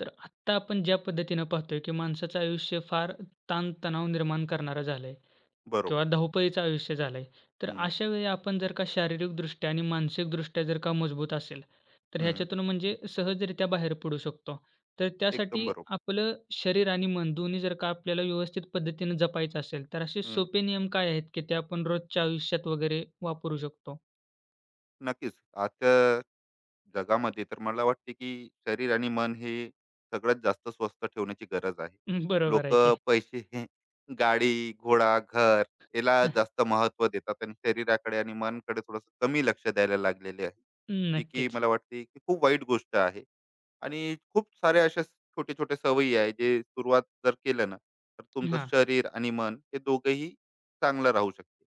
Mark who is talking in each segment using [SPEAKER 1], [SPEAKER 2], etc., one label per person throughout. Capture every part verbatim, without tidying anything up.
[SPEAKER 1] तर आत्ता आपण ज्या पद्धतीनं पाहतोय, की माणसाचं आयुष्य फार ताण-तणाव निर्माण करणारं झालंय किंवा
[SPEAKER 2] बरोबर.
[SPEAKER 1] धावपळीचं आयुष्य झालंय. तर
[SPEAKER 2] हं,
[SPEAKER 1] अशा वेळी आपण जर का शारीरिकदृष्ट्या आणि मानसिकदृष्ट्या जर का मजबूत असेल, तर
[SPEAKER 2] हं.
[SPEAKER 1] ह्याच्यातून म्हणजे सहजरित्या बाहेर पडू शकतो. तर
[SPEAKER 2] एकदम
[SPEAKER 1] त्यासाठी
[SPEAKER 2] बरोबर.
[SPEAKER 1] आपलं शरीर आणि मन दोन्ही जर का आपल्याला व्यवस्थित पद्धतीनं जपायचं असेल, तर असे
[SPEAKER 2] हं.
[SPEAKER 1] सोपे नियम काय आहेत, की ते आपण रोजच्या आयुष्यात वगैरे वापरू शकतो?
[SPEAKER 2] नक्कीच. आजच्या जगामध्ये तर मला वाटते की शरीर आणि मन हे सगळ्यात जास्त स्वस्त ठेवण्याची गरज आहे.
[SPEAKER 1] बरोबर आहे
[SPEAKER 2] लोकं
[SPEAKER 1] की.
[SPEAKER 2] पैसे हे गाडी, घोडा, घर याला जास्त महत्त्व देतात आणि शरीराकडे आणि मनकडे थोडंसं कमी लक्ष द्यायला लागलेले आहे. जी की
[SPEAKER 1] नक्कीच.
[SPEAKER 2] मला वाटते की खूप वाईट गोष्ट आहे आणि खूप साऱ्या अशा छोट्या-छोट्या सवयी आहे जे सुरुवात जर केलं ना, तर तुमचं
[SPEAKER 1] हां.
[SPEAKER 2] शरीर आणि मन हे दोघंही चांगलं राहू शकते.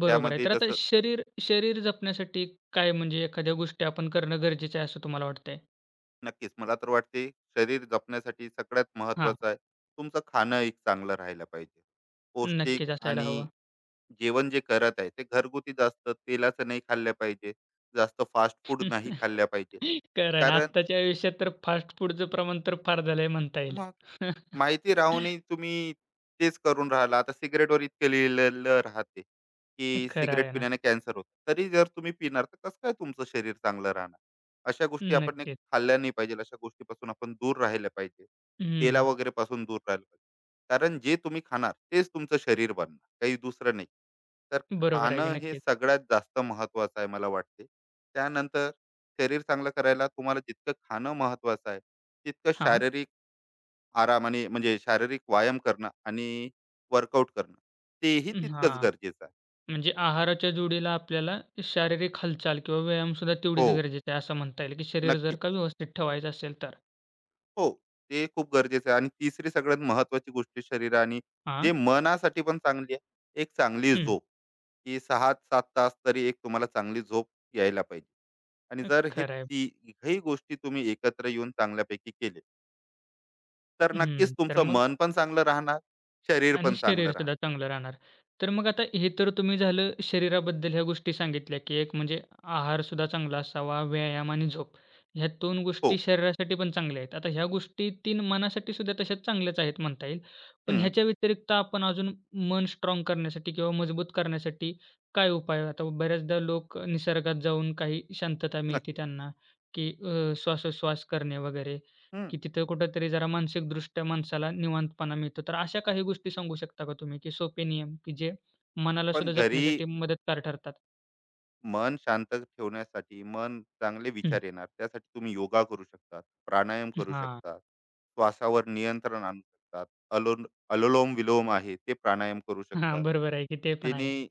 [SPEAKER 1] बरोबर आहे.
[SPEAKER 2] त्यामध्ये
[SPEAKER 1] तर आता
[SPEAKER 2] जसं
[SPEAKER 1] शरीर शरीर जपण्यासाठी काय म्हणजे एखाद्या गोष्टी आपण करणं गरजेचं आहे असं तुम्हाला वाटतंय?
[SPEAKER 2] नक्कीच. मला तर वाटते शरीर जपण्यासाठी सगळ्यात
[SPEAKER 1] हां.
[SPEAKER 2] महत्त्वाचं आहे, तुमचं खाणं एक चांगलं राहायला पाहिजे. पौष्टिक
[SPEAKER 1] नक्कीच असायला
[SPEAKER 2] आणि
[SPEAKER 1] हवं.
[SPEAKER 2] जेवण जे करत आहे, ते घरगुती जास्त तेलाचं नाही खाल्लं पाहिजे. जास्त फास्ट फूड नाही
[SPEAKER 1] खरं
[SPEAKER 2] खाल्लं पाहिजे.
[SPEAKER 1] आहे ना.
[SPEAKER 2] कारण
[SPEAKER 1] आत्ताच्या आयुष्यात तर फास्ट फूडचं प्रमाण तर फार झालंय म्हणता येईल.
[SPEAKER 2] मग माहिती राहूनही तुम्ही तेच करून राहिला. आता सिगारेटवर इतकं लिहिलेलं राहते, की
[SPEAKER 1] खरं
[SPEAKER 2] सिगारेट
[SPEAKER 1] आहे ना.
[SPEAKER 2] पिण्याने कॅन्सर होतो. तरी जर तुम्ही पिणार तर कसं काय तुमचं शरीर चांगलं राहणार? अशा गोष्टी आपण एक
[SPEAKER 1] नक्कीच.
[SPEAKER 2] खाल्ल्या नाही पाहिजे. अशा गोष्टीपासून आपण दूर राहिलं पाहिजे. तेला
[SPEAKER 1] हं.
[SPEAKER 2] वगैरे पासून दूर राहिलं पाहिजे. कारण जे तुम्ही खाणार तेच तुमचं शरीर बनणार, काही दुसरं नाही. तर
[SPEAKER 1] बरोबर आहे की
[SPEAKER 2] खाणं हे
[SPEAKER 1] नक्कीच.
[SPEAKER 2] सगळ्यात जास्त महत्त्वाचं आहे मला वाटते. त्यानंतर शरीर चांगलं करायला तुम्हाला जितकं खाणं महत्त्वाचं आहे, तितकं
[SPEAKER 1] हां.
[SPEAKER 2] शारीरिक आरामाने म्हणजे शारीरिक व्यायाम करणं आणि वर्कआउट करणं तेही तितकंच
[SPEAKER 1] हां.
[SPEAKER 2] गरजेचं आहे.
[SPEAKER 1] म्हणजे आहाराच्या जोडीला आपल्याला शारीरिक हालचाल किंवा व्यायामसुद्धा
[SPEAKER 2] हो,
[SPEAKER 1] तेवढीच गरजेची आहे असं म्हणता येईल, की शरीर जर
[SPEAKER 2] नक्कीच.
[SPEAKER 1] का व्यवस्थित ठेवायचं असेल तर.
[SPEAKER 2] हो, ते खूप गरजेचं आहे आणि तिसरी सगळ्यात महत्त्वाची गोष्ट शरीर आणि
[SPEAKER 1] हां.
[SPEAKER 2] जे मनासाठी पण चांगली आहे, एक चांगली
[SPEAKER 1] हं.
[SPEAKER 2] झोप, की सहा सात तास तरी एक तुम्हाला चांगली झोप यायला पाहिजे आणि जर हे
[SPEAKER 1] खरं आहे.
[SPEAKER 2] तिघही गोष्टी तुम्ही एकत्र येऊन चांगल्यापैकी केले, तर नक्कीच
[SPEAKER 1] हं. तर
[SPEAKER 2] तुमचं
[SPEAKER 1] मग
[SPEAKER 2] मन पण चांगलं राहणार, शरीर
[SPEAKER 1] आणि
[SPEAKER 2] पण चांगलं राहणार.
[SPEAKER 1] शरीरसुद्धा चांगलं राहणार. तर मग आता हे तर तुम्ही झालं शरीराबद्दल ह्या गोष्टी सांगितल्या, की एक म्हणजे आहारसुद्धा चांगला असावा, व्यायाम आणि झोप. ह्या दोन
[SPEAKER 2] हो.
[SPEAKER 1] गोष्टी शरीरासाठी पण चांगल्या आहेत. आता ह्या गोष्टी तीन मनासाठी सुद्धा तशाच चांगल्याच आहेत म्हणता येईल. पण
[SPEAKER 2] हं,
[SPEAKER 1] ह्याच्या व्यतिरिक्त आपण अजून मन स्ट्राँग करण्यासाठी किंवा मजबूत करण्यासाठी काय उपाय? आता बऱ्याचदा लोक निसर्गात जाऊन काही शांतता मिळते
[SPEAKER 2] नक्की.
[SPEAKER 1] त्यांना, की अ, श्वासोश्वास करणे वगैरे.
[SPEAKER 2] हं,
[SPEAKER 1] की तिथं कुठेतरी जरा मानसिकदृष्ट्या माणसाला निवांतपणा मिळतो. तर अशा काही गोष्टी सांगू शकता का तुम्ही, की सोपे नियम, की जे मनाला
[SPEAKER 2] पण
[SPEAKER 1] सुद्धा
[SPEAKER 2] घरी
[SPEAKER 1] जपण्यासाठी मदतगार ठरतात?
[SPEAKER 2] मन शांत ठेवण्यासाठी, मन चांगले
[SPEAKER 1] हं.
[SPEAKER 2] विचार येणार त्यासाठी तुम्ही योगा करू शकतात, प्राणायाम करू
[SPEAKER 1] हां.
[SPEAKER 2] शकतात, श्वासावर नियंत्रण आणू शकतात. अलो अनुलोम-विलोम आहे ते प्राणायाम करू
[SPEAKER 1] हां,
[SPEAKER 2] शकतात.
[SPEAKER 1] बरोबर आहे की ते पण आहे.
[SPEAKER 2] जेणे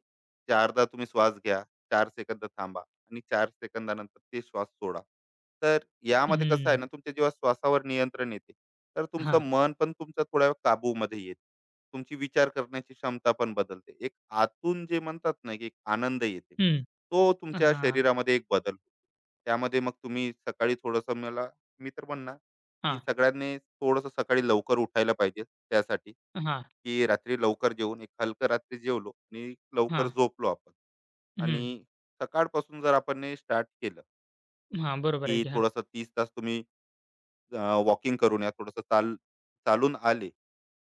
[SPEAKER 2] चारदा तुम्ही श्वास घ्या, चार सेकंद थांबा आणि चार सेकंदानंतर ते श्वास सोडा. तर यामध्ये कसं आहे
[SPEAKER 1] हं.
[SPEAKER 2] ना तुमच्या जेव्हा श्वासावर नियंत्रण येते, तर तुमचं
[SPEAKER 1] हां.
[SPEAKER 2] मन पण तुमचं थोड्या काबूमध्ये येते. तुमची विचार करण्याची क्षमता पण बदलते. एक आतून जे म्हणतात ना, की एक आनंद येते.
[SPEAKER 1] हं.
[SPEAKER 2] तो तुमच्या
[SPEAKER 1] हां.
[SPEAKER 2] शरीरामध्ये एक बदल होतो. त्यामध्ये मग तुम्ही सकाळी थोडंसं मला मी तर म्हणणार की
[SPEAKER 1] हां.
[SPEAKER 2] सगळ्यांनी थोडंसं सकाळी लवकर उठायला पाहिजे त्यासाठी
[SPEAKER 1] हां.
[SPEAKER 2] की रात्री लवकर जेवून एक हलकं रात्री जेवलो आणि लवकर
[SPEAKER 1] हां.
[SPEAKER 2] झोपलो आपण
[SPEAKER 1] हं.
[SPEAKER 2] आणि सकाळपासून जर आपण स्टार्ट केलं
[SPEAKER 1] हां, बरोबर
[SPEAKER 2] की
[SPEAKER 1] आहे की. हां.
[SPEAKER 2] थोडंसं तीस तास तुम्ही वॉकिंग करून या थोडंसं चाल चालून आले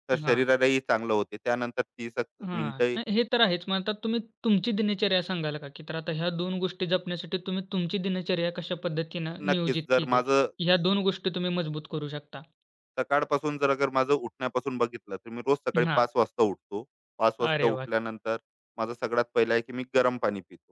[SPEAKER 2] तर
[SPEAKER 1] हां.
[SPEAKER 2] शरीरालाही चांगलं होते त्यानंतर तीस एक
[SPEAKER 1] हां.
[SPEAKER 2] मिनिटं.
[SPEAKER 1] नाही हे तर आहेच. मग आता तुम्ही तुमची दिनचर्या सांगाल का? की तर आता ह्या दोन गोष्टी जपण्यासाठी तुम्ही तुमची दिनचर्या कशा पद्धतीनं
[SPEAKER 2] नक्कीच
[SPEAKER 1] नियोजित
[SPEAKER 2] जर
[SPEAKER 1] केली?
[SPEAKER 2] माझं
[SPEAKER 1] ह्या दोन गोष्टी तुम्ही मजबूत करू शकता?
[SPEAKER 2] सकाळपासून जर अगर माझं उठण्यापासून बघितलं, तर मी रोज सकाळी
[SPEAKER 1] हां.
[SPEAKER 2] पाच वाजता उठतो. पाच वाजता
[SPEAKER 1] अरे वाह!
[SPEAKER 2] उठल्यानंतर माझं सगळ्यात पहिलं आहे, की मी गरम पाणी पितो,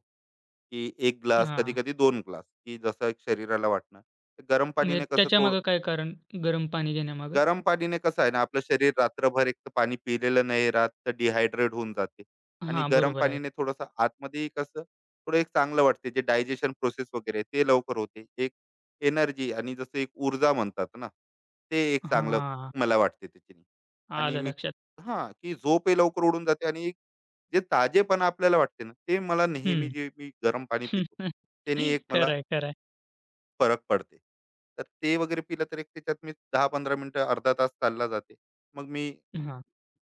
[SPEAKER 2] की एक ग्लास,
[SPEAKER 1] हां,
[SPEAKER 2] कधी-कधी दोन ग्लास, की जसं एक शरीराला वाटणार. गरम
[SPEAKER 1] म्हणजे
[SPEAKER 2] पाणीने कसं थोडं
[SPEAKER 1] त्याच्यामागे काय कारण? गरम पाणी घेण्यामागे?
[SPEAKER 2] गरम पाणीने कसं आहे ना आपलं शरीर रात्रभर एक तर पाणी पिलेलं नाही राहत तर डिहायड्रेट होऊन जाते आणि
[SPEAKER 1] हां,
[SPEAKER 2] गरम
[SPEAKER 1] बरोबर आहे.
[SPEAKER 2] पाणीने थोडंसं आतमध्येही कसं थोडं एक चांगलं वाटते जे डायजेशन प्रोसेस वगैरे आहे, ते लवकर होते एक एनर्जी आणि जसं एक ऊर्जा म्हणतात ना ते एक चांगलं
[SPEAKER 1] हां,
[SPEAKER 2] मला वाटते त्याच्याने. आणि
[SPEAKER 1] आलं
[SPEAKER 2] मी
[SPEAKER 1] लक्षात.
[SPEAKER 2] हां की झोप ही लवकर उडून जाते आणि एक जे ताजेपणा आपल्याला वाटते ना ते मला नेहमी
[SPEAKER 1] हं.
[SPEAKER 2] जे मी गरम पाणी पितो त्याने एक मला
[SPEAKER 1] खरं आहे, खरं आहे.
[SPEAKER 2] फरक पडते. तर ते वगैरे पिलं तर एक त्याच्यात मी दहा पंधरा मिनिटं, अर्धा तास चालला जाते. मग मी
[SPEAKER 1] हां,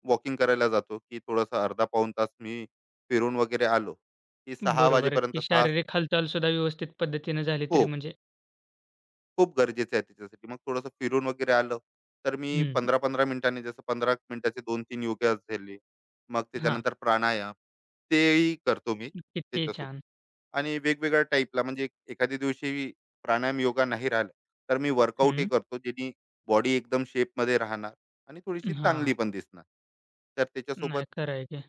[SPEAKER 2] वॉकिंग करायला जातो, की थोडंसं अर्धा पाऊण तास मी फिरून वगैरे आलो, की सहा
[SPEAKER 1] बरोबर आहे,
[SPEAKER 2] वाजेपर्यंत.
[SPEAKER 1] की
[SPEAKER 2] सहा
[SPEAKER 1] शारीरिक हालचाल सुद्धा व्यवस्थित पद्धतीने झाली तरी
[SPEAKER 2] खूप,
[SPEAKER 1] म्हणजे
[SPEAKER 2] खूप गरजेचं आहे त्याच्यासाठी. मग थोडंसं फिरून वगैरे आलं, तर मी
[SPEAKER 1] हं,
[SPEAKER 2] पंधरा पंधरा मिनिटांनी जसं पंधरा मिनिटाचे दोन तीन योगा झाले. मग
[SPEAKER 1] हां,
[SPEAKER 2] त्याच्यानंतर प्राणायाम तेही करतो मी
[SPEAKER 1] किती
[SPEAKER 2] त्याच्यासोबत.
[SPEAKER 1] छान.
[SPEAKER 2] आणि वेगवेगळ्या टाईपला म्हणजे एखाद्या दिवशी प्राणायाम योगा नाही राहिलं तर मी वर्कआउटही
[SPEAKER 1] हं,
[SPEAKER 2] करतो जेणे बॉडी एकदम शेपमध्ये राहणार आणि थोडीशी चांगली
[SPEAKER 1] हां.
[SPEAKER 2] पण दिसणार. तर त्याच्यासोबत
[SPEAKER 1] नाही खरं आहे की.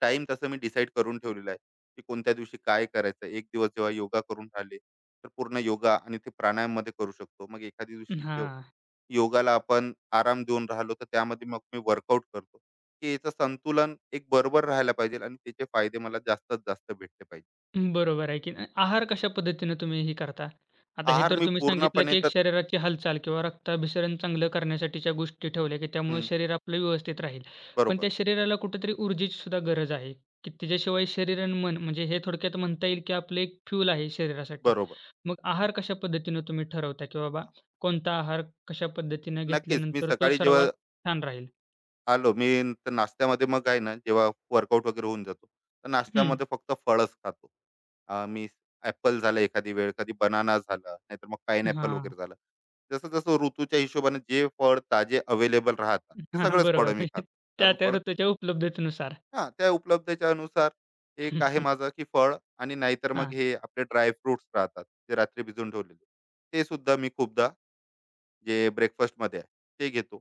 [SPEAKER 2] टाइम तसं मी डिसाईड करून ठेवलेला आहे की कोणत्या दिवशी काय करायचं. एक दिवस जेव्हा योगा करून राहिले तर पूर्ण योगा आणि ते प्राणायाममध्ये करू शकतो. मग एखाद्या दिवशी जेव्हा
[SPEAKER 1] हां.
[SPEAKER 2] योगाला आपण आराम देऊन राहिलो तर त्यामध्ये मग मी वर्कआउट करतो की याचं संतुलन एक बरोबर राहायला पाहिजे आणि त्याचे फायदे मला जास्तीत जास्त भेटले पाहिजे.
[SPEAKER 1] बरोबर आहे की नाही? आहार कशा पद्धतीने तुम्ही हे करता? आता हे
[SPEAKER 2] आहार
[SPEAKER 1] तर
[SPEAKER 2] मी
[SPEAKER 1] तुम्ही सांगितलं,
[SPEAKER 2] पूर्णपणे
[SPEAKER 1] की एक
[SPEAKER 2] तर.
[SPEAKER 1] शरीराची हालचाल किंवा रक्ताभिसरण चांगलं करण्यासाठीच्या गोष्टी ठेवल्या, की त्यामुळे
[SPEAKER 2] हं,
[SPEAKER 1] शरीर आपलं व्यवस्थित राहील. पण
[SPEAKER 2] बरोबर,
[SPEAKER 1] त्या शरीराला कुठेतरी ऊर्जेची सुद्धा गरज आहे, की तिच्याशिवाय शरीर आणि मन म्हणजे हे थोडक्यात म्हणता येईल, की आपलं एक फ्यूल आहे शरीरासाठी.
[SPEAKER 2] बरोबर.
[SPEAKER 1] मग आहार कशा पद्धतीनं तुम्ही ठरवता, की बाबा कोणता आहार कशा पद्धतीनं
[SPEAKER 2] नक्कीच. मी
[SPEAKER 1] घेतल्यानंतर तो
[SPEAKER 2] सकाळी जेव्हा
[SPEAKER 1] सर्वात छान राहील?
[SPEAKER 2] आलो, मी तर नाश्त्यामध्ये मग आहे ना, जेव्हा वर्कआउट वगैरे होऊन जातो, तर
[SPEAKER 1] हं.
[SPEAKER 2] नाश्त्यामध्ये फक्त फळच खातो. अ, मी ॲपल झालं एखादी वेळ, कधी बनाना झाला, नाहीतर मग पाइनॲपल वगैरे झालं. जसं-जसं ऋतूच्या हिशोबाने जे फळ ताजे अवेलेबल
[SPEAKER 1] हां,
[SPEAKER 2] राहतात, ते
[SPEAKER 1] हां.
[SPEAKER 2] सगळंच
[SPEAKER 1] बरोबर.
[SPEAKER 2] फळं मी
[SPEAKER 1] म्हणजे
[SPEAKER 2] खातो.
[SPEAKER 1] त्या
[SPEAKER 2] कारण
[SPEAKER 1] त्या
[SPEAKER 2] फळ.
[SPEAKER 1] ऋतूच्या उपलब्धतेनुसार.
[SPEAKER 2] हां, त्या उपलब्धतेच्या अनुसार एक आहे माझं, की फळ आणि नाहीतर मग
[SPEAKER 1] हां.
[SPEAKER 2] हे आपले ड्राय राहतात, जे रात्री भिजवून ठेवलेले. ते सुद्धा मी खूपदा जे ब्रेकफास्टमध्ये आहे ते घेतो.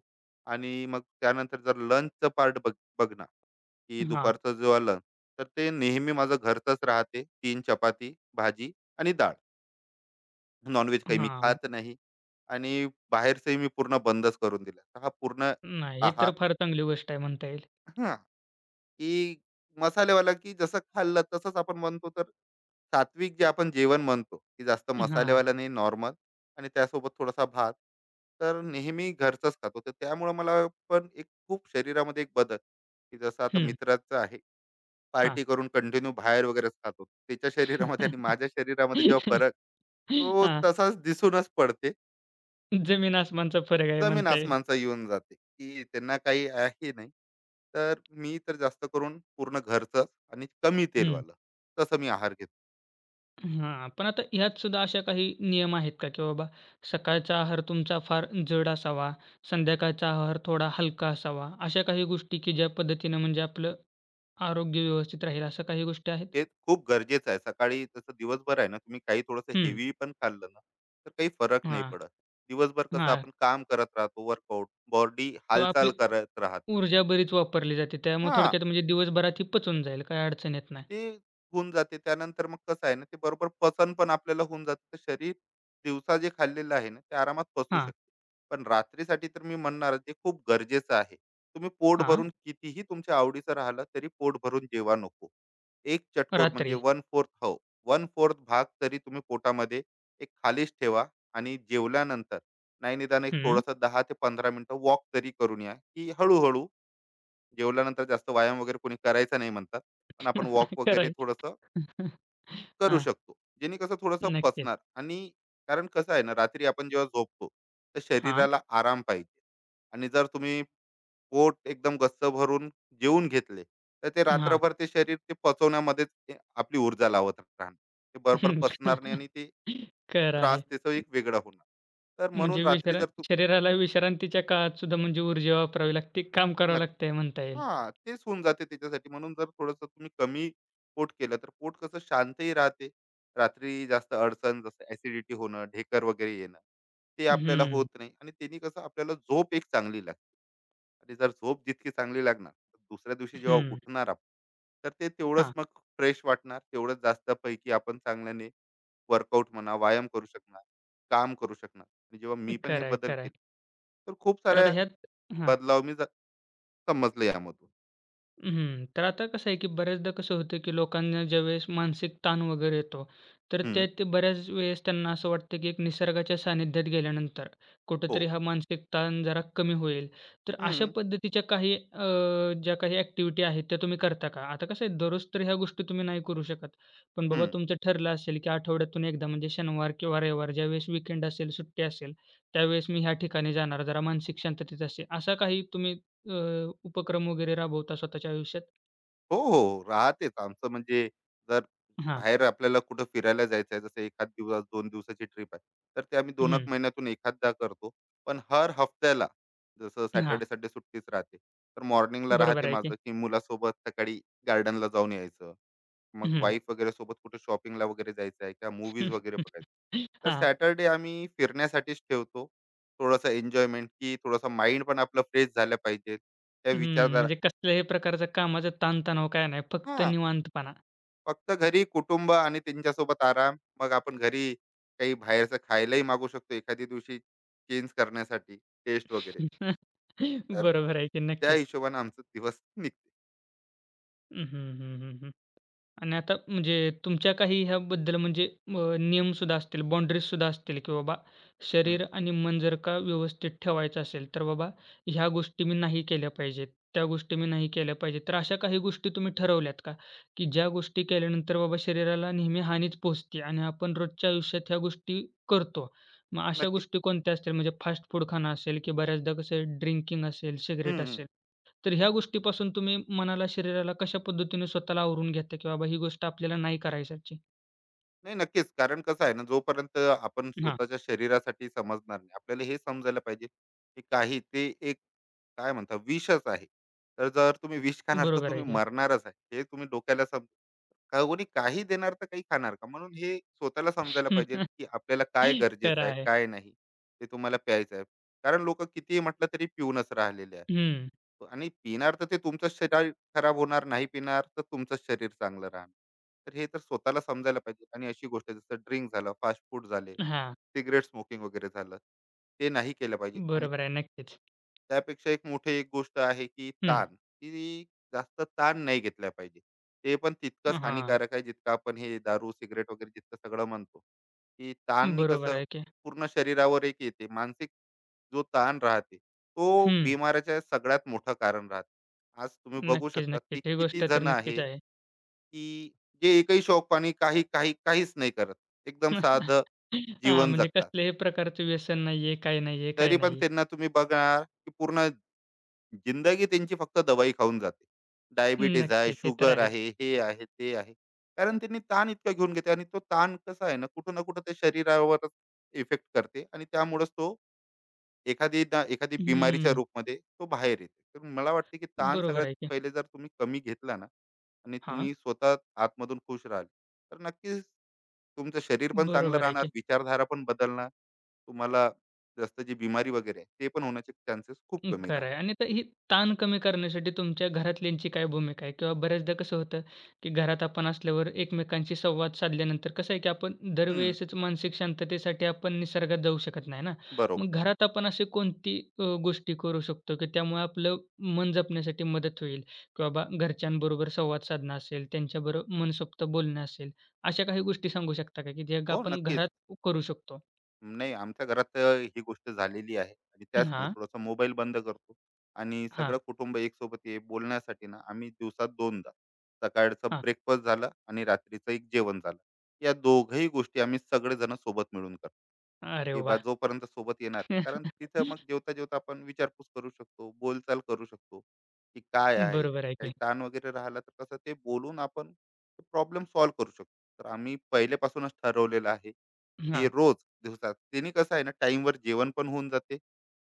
[SPEAKER 2] आणि मग त्यानंतर जर लंचचं पार्ट बघ बघणार की
[SPEAKER 1] हां.
[SPEAKER 2] दुपारचं जो लंच, तर ते नेहमी माझं घरचंच राहते. तीन चपाती भाजी आणि डाळ, नॉनव्हेज काही मी
[SPEAKER 1] हां.
[SPEAKER 2] खात नाही आणि बाहेरचंही मी पूर्ण बंदच करून दिलं. तर हा पूर्ण
[SPEAKER 1] नाही, हे
[SPEAKER 2] आहार
[SPEAKER 1] तर फार चांगली गोष्ट आहे म्हणता येईल.
[SPEAKER 2] की मसालेवाला, की जसं खाल्लं तसंच आपण म्हणतो तर सात्विक जे आपण जेवण म्हणतो, की जास्त
[SPEAKER 1] हां.
[SPEAKER 2] मसालेवाला नाही नॉर्मल आणि त्यासोबत थोडासा भात. तर नेहमी घरचंच खातो. तर त्यामुळं मला पण एक खूप शरीरामध्ये एक बदल, की जसं आता
[SPEAKER 1] हं.
[SPEAKER 2] मित्राचं आहे,
[SPEAKER 1] हां.
[SPEAKER 2] पार्टी करून कंटिन्यू बाहेर वगैरेच खातो. त्याच्या शरीरामध्ये आणि माझ्या शरीरामध्ये जेव्हा फरक, तो
[SPEAKER 1] हां.
[SPEAKER 2] तसाच दिसूनच पडते.
[SPEAKER 1] जमीन आसमानचा फरक आहे
[SPEAKER 2] जमीन
[SPEAKER 1] म्हणता येईल.
[SPEAKER 2] आसमानचा येऊन जाते, की त्यांना काही आहे नाही. तर मी तर जास्त करून पूर्ण घरचंच आणि कमी
[SPEAKER 1] हं.
[SPEAKER 2] तेलवालं, तसं मी आहार घेतो.
[SPEAKER 1] हां. पण आता ह्यात सुद्धा अशा काही नियम आहेत का, की बाबा सकाळचा आहार तुमचा फार जड असावा, संध्याकाळचा आहार थोडा हलका असावा, अशा काही गोष्टी की ज्या पद्धतीनं म्हणजे आपलं आरोग्य व्यवस्थित राहील, अशा काही गोष्टी आहेत?
[SPEAKER 2] हे खूप गरजेचं आहे. सकाळी तसं दिवसभर आहे ना, तुम्ही काही थोडंसं
[SPEAKER 1] हं.
[SPEAKER 2] हेवी पण खाल्लं ना, तर काही फरक नाही
[SPEAKER 1] हां.
[SPEAKER 2] पडत. दिवसभर कसं
[SPEAKER 1] हां.
[SPEAKER 2] आपण काम करत राहतो, वर्कआउट, बॉडी
[SPEAKER 1] किंवा
[SPEAKER 2] हालचाल
[SPEAKER 1] आपली
[SPEAKER 2] करत राहते.
[SPEAKER 1] ऊर्जा बरीच वापरली जाते. त्यामुळे
[SPEAKER 2] हां.
[SPEAKER 1] थोडक्यात म्हणजे दिवसभरात ही पचून जाईल, काही अडचण येत नाही.
[SPEAKER 2] ते होऊन जाते. त्यानंतर मग कसं आहे ना, ते बरोबर पचन पण आपल्याला होऊन जाते तर शरीर दिवसा जे खाल्लेलं आहे ना, ते आरामात पचू
[SPEAKER 1] हां.
[SPEAKER 2] शकते. पण रात्रीसाठी तर मी म्हणणार ते खूप गरजेचं आहे. तुम्ही पोट
[SPEAKER 1] हां.
[SPEAKER 2] भरून कितीही तुमच्या आवडीचं राहिलं, तरी पोट भरून जेवा नको. एक चटकोर म्हणजे
[SPEAKER 1] रात्री.
[SPEAKER 2] पाव, हो, पाव भाग तरी तुम्ही पोटामध्ये एक खालीच ठेवा आणि जेवल्यानंतर नाही निदान एक
[SPEAKER 1] हं.
[SPEAKER 2] थोडंसं दहा ते पंधरा मिनिटं वॉक तरी करून या, की हळू जेवल्यानंतर जास्त व्यायाम वगैरे कोणी करायचा नाही म्हणतात पण आपण वॉक
[SPEAKER 1] खरं
[SPEAKER 2] वगैरे
[SPEAKER 1] आहे की.
[SPEAKER 2] थोडंसं करू
[SPEAKER 1] हां,
[SPEAKER 2] शकतो जेणे कसं थोडंसं
[SPEAKER 1] नक्कीच.
[SPEAKER 2] पचणार. आणि कारण कसं आहे ना रात्री आपण जेव्हा झोपतो तर
[SPEAKER 1] हां,
[SPEAKER 2] शरीराला आराम पाहिजे आणि जर तुम्ही पोट एकदम गच्च भरून जेवून घेतले तर ते
[SPEAKER 1] हां.
[SPEAKER 2] रात्रभर ते शरीर ते पचवण्यामध्येच ते आपली ऊर्जा लावत राहणार. ते बरोबर पचणार नाही आणि ते
[SPEAKER 1] खरं
[SPEAKER 2] त्रास
[SPEAKER 1] आहे.
[SPEAKER 2] त्याचं एक वेगळा होणार. तर म्हणून
[SPEAKER 1] म्हणजे
[SPEAKER 2] रात्री
[SPEAKER 1] विश्रा
[SPEAKER 2] जर तू
[SPEAKER 1] शरीराला विश्रांतीच्या काळात सुद्धा म्हणजे ऊर्जा वापरावी लागते, काम करावं
[SPEAKER 2] नक्की.
[SPEAKER 1] लागतंय म्हणता येईल.
[SPEAKER 2] हां, तेच होऊन जाते त्याच्यासाठी. म्हणून जर थोडंसं तुम्ही कमी पोट केलं, तर पोट कसं शांतही राहते. रात्री जास्त अडचण जसं ॲसिडिटी होणं, ढेकर वगैरे येणं, ते आपल्याला होत
[SPEAKER 1] हं,
[SPEAKER 2] नाही आणि त्यांनी कसं आपल्याला झोप एक चांगली लागते. आणि जर झोप जितकी चांगली लागणार, तर दुसऱ्या दिवशी जेव्हा
[SPEAKER 1] हं.
[SPEAKER 2] उठणार आपण, तर ते तेवढंच
[SPEAKER 1] हां.
[SPEAKER 2] मग फ्रेश वाटणार, तेवढंच जास्तपैकी आपण चांगल्याने वर्कआउट म्हणा, व्यायाम करू शकणार, काम करू शकणार. आणि जेव्हा मी पण हे
[SPEAKER 1] खरं आहे,
[SPEAKER 2] बदल
[SPEAKER 1] खरं आहे.
[SPEAKER 2] केले, तर खूप
[SPEAKER 1] तर आता
[SPEAKER 2] साऱ्या
[SPEAKER 1] ह्यात हां.
[SPEAKER 2] बदलाव मी ज समजले यामधून.
[SPEAKER 1] हं. तर आता कसं आहे, की बऱ्याचदा कसं होतं, की लोकांना ज्यावेळेस मानसिक ताण वगैरे येतो, तर
[SPEAKER 2] हं,
[SPEAKER 1] त्या ते बऱ्याच वेळेस त्यांना असं वाटतं, की एक निसर्गाच्या सानिध्यात गेल्यानंतर
[SPEAKER 2] हो.
[SPEAKER 1] कुठेतरी हा मानसिक ताण जरा कमी होईल. तर अशा
[SPEAKER 2] हं,
[SPEAKER 1] पद्धतीच्या काही अ, ज्या काही ॲक्टिव्हिटी आहेत त्या तुम्ही करता का? आता कसं आहे दररोज तर ह्या गोष्टी तुम्ही नाही करू शकत. पण बाबा
[SPEAKER 2] हं.
[SPEAKER 1] तुमचं ठरलं असेल, की आठवड्यातून एकदा म्हणजे शनिवार किंवा रविवार ज्यावेळेस वीकेंड असेल, सुट्टी असेल, त्यावेळेस मी ह्या ठिकाणी जाणार, जरा मानसिक शांततेत असेल. असा काही तुम्ही अ, उपक्रम वगैरे राबवता स्वतःच्या आयुष्यात?
[SPEAKER 2] हो, हो. राहतेच आमचं म्हणजे जर
[SPEAKER 1] हां,
[SPEAKER 2] बाहेर आपल्याला कुठं फिरायला जायचं आहे, जसं एखाद दिवस दोन दिवसाची ट्रिप आहे, तर ते आम्ही दोन एक
[SPEAKER 1] हं,
[SPEAKER 2] महिन्यातून एखादा करतो. पण हर हफ्त्याला जसं
[SPEAKER 1] हां,
[SPEAKER 2] सॅटर्डे, संडे सुट्टीच राहते. तर मॉर्निंगला राहते
[SPEAKER 1] बरोबर आहे
[SPEAKER 2] माझं,
[SPEAKER 1] की.
[SPEAKER 2] की मुलासोबत सकाळी गार्डनला जाऊन यायचं. मग
[SPEAKER 1] हं.
[SPEAKER 2] वाईफ वगैरे सोबत कुठे शॉपिंगला वगैरे जायचं आहे किंवा मूव्हीज वगैरे बघायचं. तर
[SPEAKER 1] हां,
[SPEAKER 2] सॅटर्डे आम्ही फिरण्यासाठीच ठेवतो. थोडंसं एन्जॉयमेंट, की थोडंसं माइंड पण आपलं फ्रेश झालं पाहिजे. त्या
[SPEAKER 1] हं,
[SPEAKER 2] विचारधारा.
[SPEAKER 1] म्हणजे कसल्याही प्रकारचा कामाचा ताणतणाव काय नाही, फक्त
[SPEAKER 2] हां.
[SPEAKER 1] निवांतपणा.
[SPEAKER 2] फक्त घरी कुटुंब आणि त्यांच्यासोबत आराम. मग आपण घरी काही बाहेरचं खायलाही मागू शकतो एखाद्या दिवशी चेंज करण्यासाठी टेस्ट वगैरे. तर
[SPEAKER 1] बरोबर आहे की
[SPEAKER 2] त्या
[SPEAKER 1] नक्कीच.
[SPEAKER 2] हिशोबाने आमचा दिवस निघते.
[SPEAKER 1] हं, हं, हं, हं. हं. आणि आता म्हणजे तुमच्या काही ह्याबद्दल म्हणजे अ, नियमसुद्धा असतील, बाउंडरीजसुद्धा असतील, की बाबा
[SPEAKER 2] हं,
[SPEAKER 1] शरीर आणि मन जर का व्यवस्थित ठेवायचं असेल, तर बाबा ह्या गोष्टी मी नाही केल्या पाहिजेत, त्या गोष्टी मी नाही केल्या पाहिजेत. तर अशा काही गोष्टी तुम्ही ठरवल्यात का? की ज्या गोष्टी केल्यानंतर बाबा शरीराला नेहमी हानीच पोहोचते आणि आपण रोजच्या आयुष्यात ह्या गोष्टी करतो. मग अशा
[SPEAKER 2] नक्कीच.
[SPEAKER 1] गोष्टी कोणत्या असतील? म्हणजे फास्ट फूड खाणं असेल, की बऱ्याचदा कसं ड्रिंकिंग असेल,
[SPEAKER 2] हं,
[SPEAKER 1] सिगारेट
[SPEAKER 2] हं.
[SPEAKER 1] असेल. तर ह्या गोष्टीपासून तुम्ही मनाला, शरीराला कशा पद्धतीने स्वतःला आवरून घेता, की बाबा ही गोष्ट आपल्याला नाही करायची.
[SPEAKER 2] नाही नक्कीच. कारण कसं आहे ना, जोपर्यंत आपण
[SPEAKER 1] हां,
[SPEAKER 2] स्वतःच्या शरीरासाठी समजणार नाही. आपल्याला हे समजायला पाहिजे, की काही ते काय म्हणता विषच आहे. तर जर तुम्ही विष खाणार तर
[SPEAKER 1] बरोबर
[SPEAKER 2] तुम्ही
[SPEAKER 1] आहे की.
[SPEAKER 2] मरणारच आहे. हे तुम्ही डोक्याला सम कोणी काही देणार तर काही खाणार का? म्हणून हे स्वतःला समजायला पाहिजे, की आपल्याला काय
[SPEAKER 1] खरं
[SPEAKER 2] गरजेचं आहे,
[SPEAKER 1] आहे.
[SPEAKER 2] काय नाही. ते तुम्हाला प्यायचं आहे. कारण लोकं कितीही म्हटलं तरी पिऊनच राहिलेले आहे.
[SPEAKER 1] हं.
[SPEAKER 2] आणि पिणार तर ते तुमचं शरीर खराब होणार, नाही पिणार तर तुमचंच शरीर चांगलं राहणार. तर हे तर स्वतःला समजायला पाहिजे आणि अशी गोष्ट जसं ड्रिंक झालं, फास्ट फूड झाले,
[SPEAKER 1] हां,
[SPEAKER 2] सिगारेट स्मोकिंग वगैरे झालं, ते नाही केलं पाहिजे आणि
[SPEAKER 1] बरोबर आहे. नक्कीच.
[SPEAKER 2] त्यापेक्षा एक मोठी एक गोष्ट आहे की
[SPEAKER 1] हं.
[SPEAKER 2] ताण, की जास्त ताण नाही घेतला पाहिजे. ते पण तितकंच
[SPEAKER 1] हां,
[SPEAKER 2] हानिकारक आहे जितकं आपण हे दारू, सिगारेट वगैरे जितकं सगळं म्हणतो, की ताणनी
[SPEAKER 1] बरोबर
[SPEAKER 2] कसं
[SPEAKER 1] आहे की.
[SPEAKER 2] पूर्ण शरीरावर एक येते. मानसिक जो ताण राहते, तो
[SPEAKER 1] हं.
[SPEAKER 2] बिमाऱ्याच्या सगळ्यात मोठं कारण राहते. आज तुम्ही बघू
[SPEAKER 1] नक्कीच,
[SPEAKER 2] शकतात की
[SPEAKER 1] नक्कीच. ही
[SPEAKER 2] किती
[SPEAKER 1] गोष्ट तर
[SPEAKER 2] जण
[SPEAKER 1] नक्कीच
[SPEAKER 2] आहे,
[SPEAKER 1] आहे.
[SPEAKER 2] की जे एकही शौक-पाणी काही, काही, काहीच नाही करत. एकदम साधं
[SPEAKER 1] हां,
[SPEAKER 2] जीवन
[SPEAKER 1] म्हणजे
[SPEAKER 2] जगतात.
[SPEAKER 1] कसल्याही प्रकारचं व्यसन नाहीये, काय नाहीये, काय
[SPEAKER 2] तरी पण
[SPEAKER 1] नाहीये.
[SPEAKER 2] त्यांना तुम्ही बघणार, की पूर्ण जिंदगी त्यांची फक्त दवाई खाऊन जाते. डायबिटीज आहे,
[SPEAKER 1] नक्की, ते तर
[SPEAKER 2] शुगर
[SPEAKER 1] आहेच.
[SPEAKER 2] आहे, हे आहे, ते आहे. कारण त्यांनी ताण इतका घेऊन घेते आणि तो ताण कसा आहे ना, कुठं ना कुठं ते शरीरावरच इफेक्ट करते आणि त्यामुळेच तो एखादी ना एखादी बिमारीच्या
[SPEAKER 1] हं,
[SPEAKER 2] रूपमध्ये तो बाहेर येते. तर मला वाटते, की ताण
[SPEAKER 1] बरोबर
[SPEAKER 2] सगळ्यात
[SPEAKER 1] आहे की.
[SPEAKER 2] पहिले जर तुम्ही कमी घेतला ना आणि
[SPEAKER 1] हां,
[SPEAKER 2] तुम्ही स्वतः आतमधून खुश राहाल, तर नक्कीच तुमचं शरीर पण चांगलं
[SPEAKER 1] बरोबर आहे
[SPEAKER 2] राहणार,
[SPEAKER 1] की.
[SPEAKER 2] विचारधारा पण बदलणार. तुम्हाला जास्त जी बिमारी वगैरे आहे, ते पण होण्याचे चान्सेस खूप
[SPEAKER 1] अं,
[SPEAKER 2] कमी
[SPEAKER 1] खरं
[SPEAKER 2] राहणार.
[SPEAKER 1] आहे आणि तर ही ताण कमी करण्यासाठी तुमच्या घरातल्यांची काय भूमिका आहे? किंवा बऱ्याचदा कसं होतं, की घरात आपण असल्यावर एकमेकांशी संवाद साधल्यानंतर कसं आहे, की आपण
[SPEAKER 2] हं,
[SPEAKER 1] दरवेळेसच मानसिक शांततेसाठी आपण निसर्गात जाऊ शकत नाही ना.
[SPEAKER 2] बरोबर.
[SPEAKER 1] मग घरात आपण अशी कोणती अ, गोष्टी करू शकतो, की त्यामुळे आपलं मन जपण्यासाठी मदत होईल? की बाबा घरच्यांबरोबर संवाद साधणं असेल, त्यांच्याबरोबर मनसोक्त बोलणं असेल, अशा काही गोष्टी सांगू शकता का, की जे
[SPEAKER 2] हो,
[SPEAKER 1] आपण
[SPEAKER 2] नक्कीच.
[SPEAKER 1] घरात करू शकतो?
[SPEAKER 2] नाही, आमच्या घरात अ, ही गोष्ट झालेली आहे आणि त्याचमुळे
[SPEAKER 1] हां,
[SPEAKER 2] थोडासा मोबाईल बंद करतो आणि
[SPEAKER 1] हां,
[SPEAKER 2] सगळं कुटुंब एक सोबत ये बोलण्यासाठी ना, आम्ही दिवसात दोनदा सकाळचं
[SPEAKER 1] हां.
[SPEAKER 2] ब्रेकफास्ट झालं आणि रात्रीचं एक जेवण झालं. या दोघंही गोष्टी आम्ही सगळेजण सोबत मिळून करतो.
[SPEAKER 1] अरे
[SPEAKER 2] की बा
[SPEAKER 1] वाह!
[SPEAKER 2] जोपर्यंत सोबत येणार नाही कारण तिथं मग जेवता जेवता आपण विचारपूस करू शकतो बोलचाल करू शकतो की काय आहे
[SPEAKER 1] बरोबर आहे
[SPEAKER 2] काही
[SPEAKER 1] की.
[SPEAKER 2] ताण वगैरे राहिला तर कसं ते बोलून आपण प्रॉब्लेम सॉल्व्ह करू शकतो. तर आम्ही पहिलेपासूनच ठरवलेलं आहे की
[SPEAKER 1] हां,
[SPEAKER 2] रोज दिवसात त्यांनी कसं आहे ना टाईमवर जेवण पण होऊन जाते,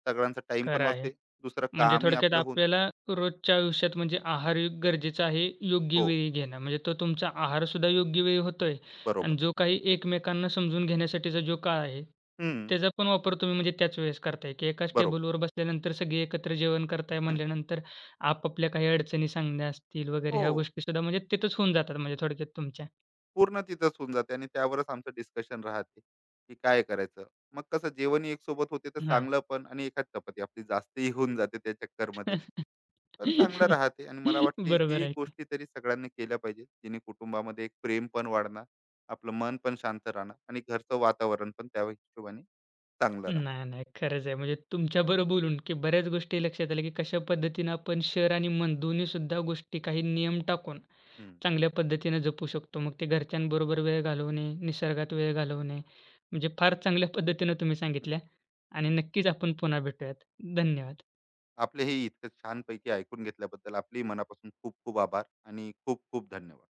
[SPEAKER 2] सगळ्यांचा टाइम पण
[SPEAKER 1] खरं आहे.
[SPEAKER 2] वाचते, दुसरं
[SPEAKER 1] म्हणजे
[SPEAKER 2] कामही
[SPEAKER 1] थोडक्यात
[SPEAKER 2] आपलं होऊन.
[SPEAKER 1] आपल्याला रोजच्या आयुष्यात म्हणजे आहार यु- गरजेचा आहे योग्य
[SPEAKER 2] हो,
[SPEAKER 1] वेळी घेणं. म्हणजे तो तुमचा आहारसुद्धा योग्य वेळी होतोय
[SPEAKER 2] बरोबर.
[SPEAKER 1] आणि जो काही एकमेकांना समजून घेण्यासाठीचा जो काळ आहे,
[SPEAKER 2] हम्म,
[SPEAKER 1] त्याचा पण वापर तुम्ही म्हणजे त्याच वेळेस करताय, की एकाच
[SPEAKER 2] बरोबर.
[SPEAKER 1] टेबलवर बसल्यानंतर सगळे एकत्र जेवण करताय म्हणल्यानंतर आपापल्या काही अडचणी सांगण्या असतील वगैरे
[SPEAKER 2] हो,
[SPEAKER 1] ह्या गोष्टीसुद्धा म्हणजे तिथंच होऊन जातात म्हणजे थोडक्यात तुमच्या.
[SPEAKER 2] पूर्ण तिथंच होऊन जाते आणि त्यावरच आमचं डिस्कशन राहते, की काय करायचं. मग कसं जेवणही एक सोबत होते तर
[SPEAKER 1] हां.
[SPEAKER 2] चांगलं पण आणि एकाच चपाती आपली जास्तही होऊन जाते त्या चक्करमध्ये. पण चांगलं राहते आणि मला वाटते
[SPEAKER 1] बरोबर
[SPEAKER 2] ही
[SPEAKER 1] आहे.
[SPEAKER 2] गोष्टी तरी सगळ्यांनी केल्या पाहिजे, जेणे कुटुंबामध्ये एक प्रेम पण वाढणार, आपलं मन पण शांत राहणार आणि घरचं वातावरण पण त्या हिशोबाने चांगलं राहणार.
[SPEAKER 1] नाही, नाही. खरंच आहे. म्हणजे तुमच्याबरोबर बोलून, की बऱ्याच गोष्टी लक्षात आल्या, की कशा पद्धतीनं आपण शहर आणि मन दोन्ही सुद्धा गोष्टी काही नियम टाकून
[SPEAKER 2] हं,
[SPEAKER 1] चांगल्या पद्धतीनं जपू शकतो. मग ते घरच्यांबरोबर वेळ घालवणे, निसर्गात वेळ घालवणे, म्हणजे फार चांगल्या पद्धतीनं तुम्ही
[SPEAKER 2] हं.
[SPEAKER 1] सांगितल्या आणि नक्कीच आपण पुन्हा भेटूयात. धन्यवाद.
[SPEAKER 2] आपले हे इतकं छानपैकी ऐकून घेतल्याबद्दल आपलेही मनापासून खूप खूप आभार आणि खूप खूप धन्यवाद.